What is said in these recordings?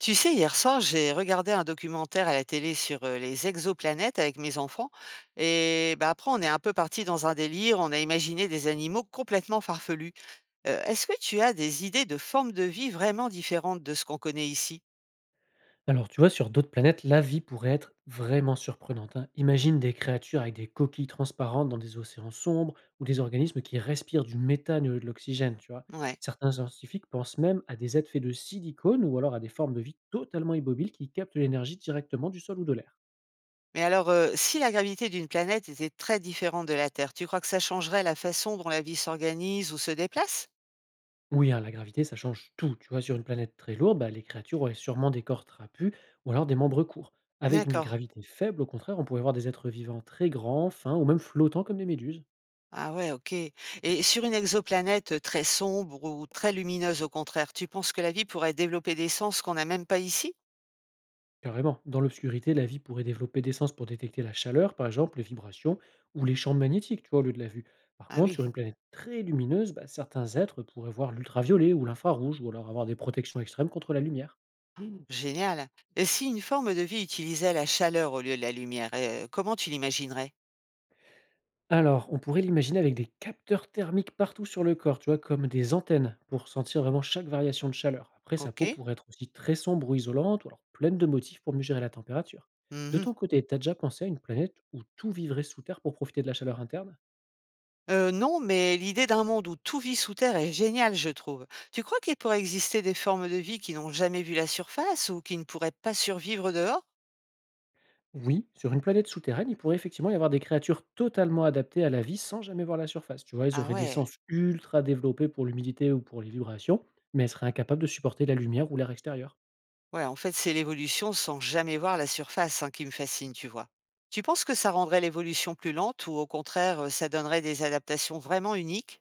Tu sais, hier soir, j'ai regardé un documentaire à la télé sur les exoplanètes avec mes enfants. Et bah, après, on est un peu parti dans un délire, on a imaginé des animaux complètement farfelus. Est-ce que tu as des idées de formes de vie vraiment différentes de ce qu'on connaît ici? Alors, tu vois, sur d'autres planètes, la vie pourrait être vraiment surprenante, hein. Imagine des créatures avec des coquilles transparentes dans des océans sombres ou des organismes qui respirent du méthane ou de l'oxygène, tu vois. Ouais. Certains scientifiques pensent même à des êtres faits de silicone ou alors à des formes de vie totalement immobiles qui captent l'énergie directement du sol ou de l'air. Mais alors, si la gravité d'une planète était très différente de la Terre, tu crois que ça changerait la façon dont la vie s'organise ou se déplace? Oui, hein, la gravité, ça change tout. Tu vois, sur une planète très lourde, bah, les créatures auraient sûrement des corps trapus ou alors des membres courts. Avec une D'accord. gravité faible, au contraire, on pourrait voir des êtres vivants très grands, fins ou même flottants comme des méduses. Ah ouais, OK. Et sur une exoplanète, très sombre ou très lumineuse au contraire, tu penses que la vie pourrait développer des sens qu'on n'a même pas ici? Carrément. Dans l'obscurité, la vie pourrait développer des sens pour détecter la chaleur, par exemple, les vibrations ou les champs magnétiques, tu vois, au lieu de la vue. Par Ah contre, oui. sur une planète très lumineuse, bah, certains êtres pourraient voir l'ultraviolet ou l'infrarouge, ou alors avoir des protections extrêmes contre la lumière. Mm, génial. Et si une forme de vie utilisait la chaleur au lieu de la lumière, comment tu l'imaginerais? Alors, on pourrait l'imaginer avec des capteurs thermiques partout sur le corps, tu vois, comme des antennes, pour sentir vraiment chaque variation de chaleur. Après, sa peau OK. pourrait être aussi très sombre ou isolante, ou alors pleine de motifs pour mieux gérer la température. Mmh De mh. ton côté, t'as déjà pensé à une planète où tout vivrait sous terre pour profiter de la chaleur interne? Non, mais l'idée d'un monde où tout vit sous terre est géniale, je trouve. Tu crois qu'il pourrait exister des formes de vie qui n'ont jamais vu la surface ou qui ne pourraient pas survivre dehors? Oui, sur une planète souterraine, il pourrait effectivement y avoir des créatures totalement adaptées à la vie sans jamais voir la surface. Tu vois, elles Ah auraient des ouais. sens ultra développés pour l'humidité ou pour les vibrations, mais elles seraient incapables de supporter la lumière ou l'air extérieur. Ouais, en fait, c'est l'évolution sans jamais voir la surface, hein, qui me fascine, tu vois. Tu penses que ça rendrait l'évolution plus lente ou au contraire, ça donnerait des adaptations vraiment uniques.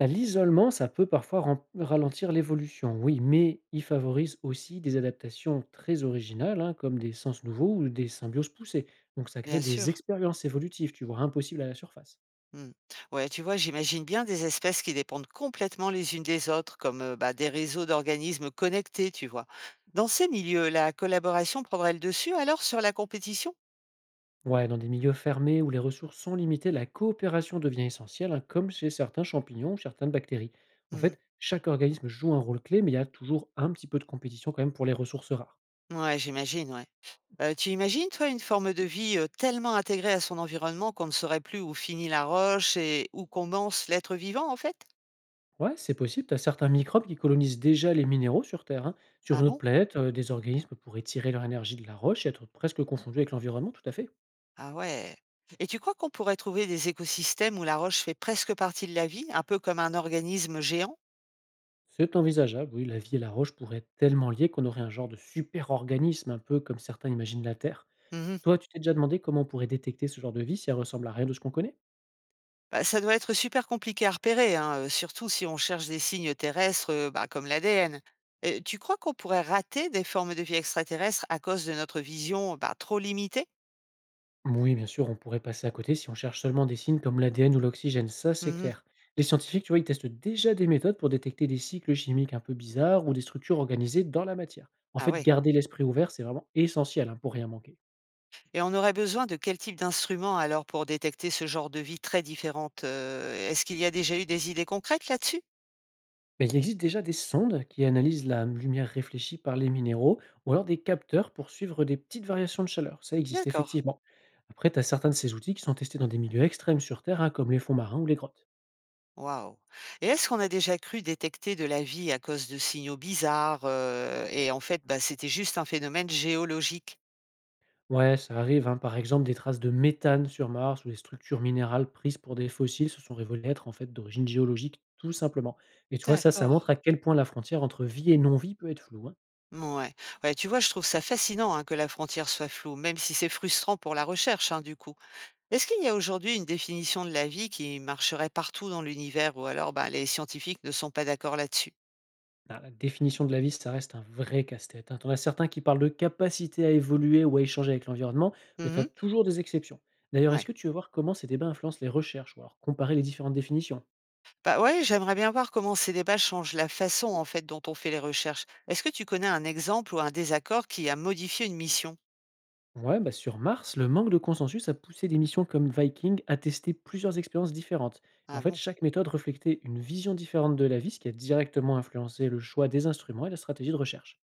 Bah, l'isolement, ça peut parfois ralentir l'évolution, oui, mais il favorise aussi des adaptations très originales, hein, comme des sens nouveaux ou des symbioses poussées. Donc ça crée Bien des sûr. expériences évolutives, tu vois, impossibles à la surface. Hmm. Ouais, tu vois, j'imagine bien des espèces qui dépendent complètement les unes des autres, comme bah, des réseaux d'organismes connectés, tu vois. Dans ces milieux, la collaboration prendrait le dessus alors sur la compétition. Ouais, dans des milieux fermés où les ressources sont limitées, la coopération devient essentielle, hein, comme chez certains champignons ou certaines bactéries. En Hmm. fait, chaque organisme joue un rôle clé, mais il y a toujours un petit peu de compétition quand même pour les ressources rares. Ouais, j'imagine, ouais. Tu imagines, toi, une forme de vie, tellement intégrée à son environnement qu'on ne saurait plus où finit la roche et où commence l'être vivant, en fait? Ouais, c'est possible, tu as certains microbes qui colonisent déjà les minéraux sur Terre, hein. Sur Ah une autre bon? planète, des organismes pourraient tirer leur énergie de la roche et être presque confondus avec l'environnement, tout à fait. Ah ouais. Et tu crois qu'on pourrait trouver des écosystèmes où la roche fait presque partie de la vie, un peu comme un organisme géant? C'est envisageable, oui, la vie et la roche pourraient être tellement liées qu'on aurait un genre de super-organisme, un peu comme certains imaginent la Terre. Mmh. Toi, tu t'es déjà demandé comment on pourrait détecter ce genre de vie si elle ressemble à rien de ce qu'on connaît? Bah, ça doit être super compliqué à repérer, hein, surtout si on cherche des signes terrestres, bah, comme l'ADN. Et tu crois qu'on pourrait rater des formes de vie extraterrestres à cause de notre vision, bah, trop limitée? Oui, bien sûr, on pourrait passer à côté si on cherche seulement des signes comme l'ADN ou l'oxygène, ça c'est Mmh. clair. Les scientifiques, tu vois, ils testent déjà des méthodes pour détecter des cycles chimiques un peu bizarres ou des structures organisées dans la matière. En Ah fait, ouais. garder l'esprit ouvert, c'est vraiment essentiel, hein, pour rien manquer. Et on aurait besoin de quel type d'instrument alors pour détecter ce genre de vie très différente? Est-ce qu'il y a déjà eu des idées concrètes là-dessus? Mais il existe déjà des sondes qui analysent la lumière réfléchie par les minéraux ou alors des capteurs pour suivre des petites variations de chaleur. Ça existe D'accord. effectivement. Après, tu as certains de ces outils qui sont testés dans des milieux extrêmes sur Terre, hein, comme les fonds marins ou les grottes. Waouh! Et est-ce qu'on a déjà cru détecter de la vie à cause de signaux bizarres, et en fait, bah, c'était juste un phénomène géologique? Ouais, ça arrive, hein. Par exemple, des traces de méthane sur Mars ou des structures minérales prises pour des fossiles se sont révélées être en fait d'origine géologique, tout simplement. Et tu vois, ça D'accord. montre à quel point la frontière entre vie et non-vie peut être floue, hein. Ouais. Ouais, tu vois, je trouve ça fascinant, hein, que la frontière soit floue, même si c'est frustrant pour la recherche, hein, du coup. Est-ce qu'il y a aujourd'hui une définition de la vie qui marcherait partout dans l'univers ou alors, bah, les scientifiques ne sont pas d'accord là-dessus? Ah, la définition de la vie, ça reste un vrai casse-tête, hein. T'en as certains qui parlent de capacité à évoluer ou à échanger avec l'environnement, mais t'as Mhm. toujours des exceptions. D'ailleurs, est-ce Ouais. que tu veux voir comment ces débats influencent les recherches ou alors comparer les différentes définitions? Bah, ouais, j'aimerais bien voir comment ces débats changent la façon, en fait, dont on fait les recherches. Est-ce que tu connais un exemple ou un désaccord qui a modifié une mission? Ouais, bah sur Mars, le manque de consensus a poussé des missions comme Viking à tester plusieurs expériences différentes. En Ah fait, bon? chaque méthode reflétait une vision différente de la vie, ce qui a directement influencé le choix des instruments et la stratégie de recherche.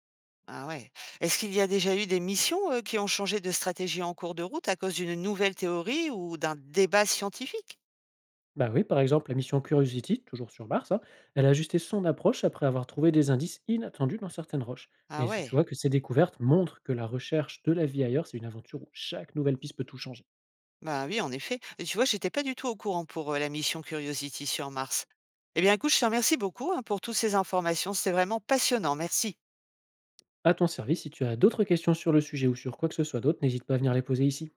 Ah ouais. Est-ce qu'il y a déjà eu des missions, qui ont changé de stratégie en cours de route à cause d'une nouvelle théorie ou d'un débat scientifique? Bah oui, par exemple, la mission Curiosity, toujours sur Mars, hein, elle a ajusté son approche après avoir trouvé des indices inattendus dans certaines roches. Ah Et tu ouais. vois que ces découvertes montrent que la recherche de la vie ailleurs, c'est une aventure où chaque nouvelle piste peut tout changer. Bah, oui, en effet. Et tu vois, j'étais pas du tout au courant pour, la mission Curiosity sur Mars. Eh bien, écoute, je te remercie beaucoup, hein, pour toutes ces informations. C'était vraiment passionnant. Merci. À ton service, si tu as d'autres questions sur le sujet ou sur quoi que ce soit d'autre, n'hésite pas à venir les poser ici.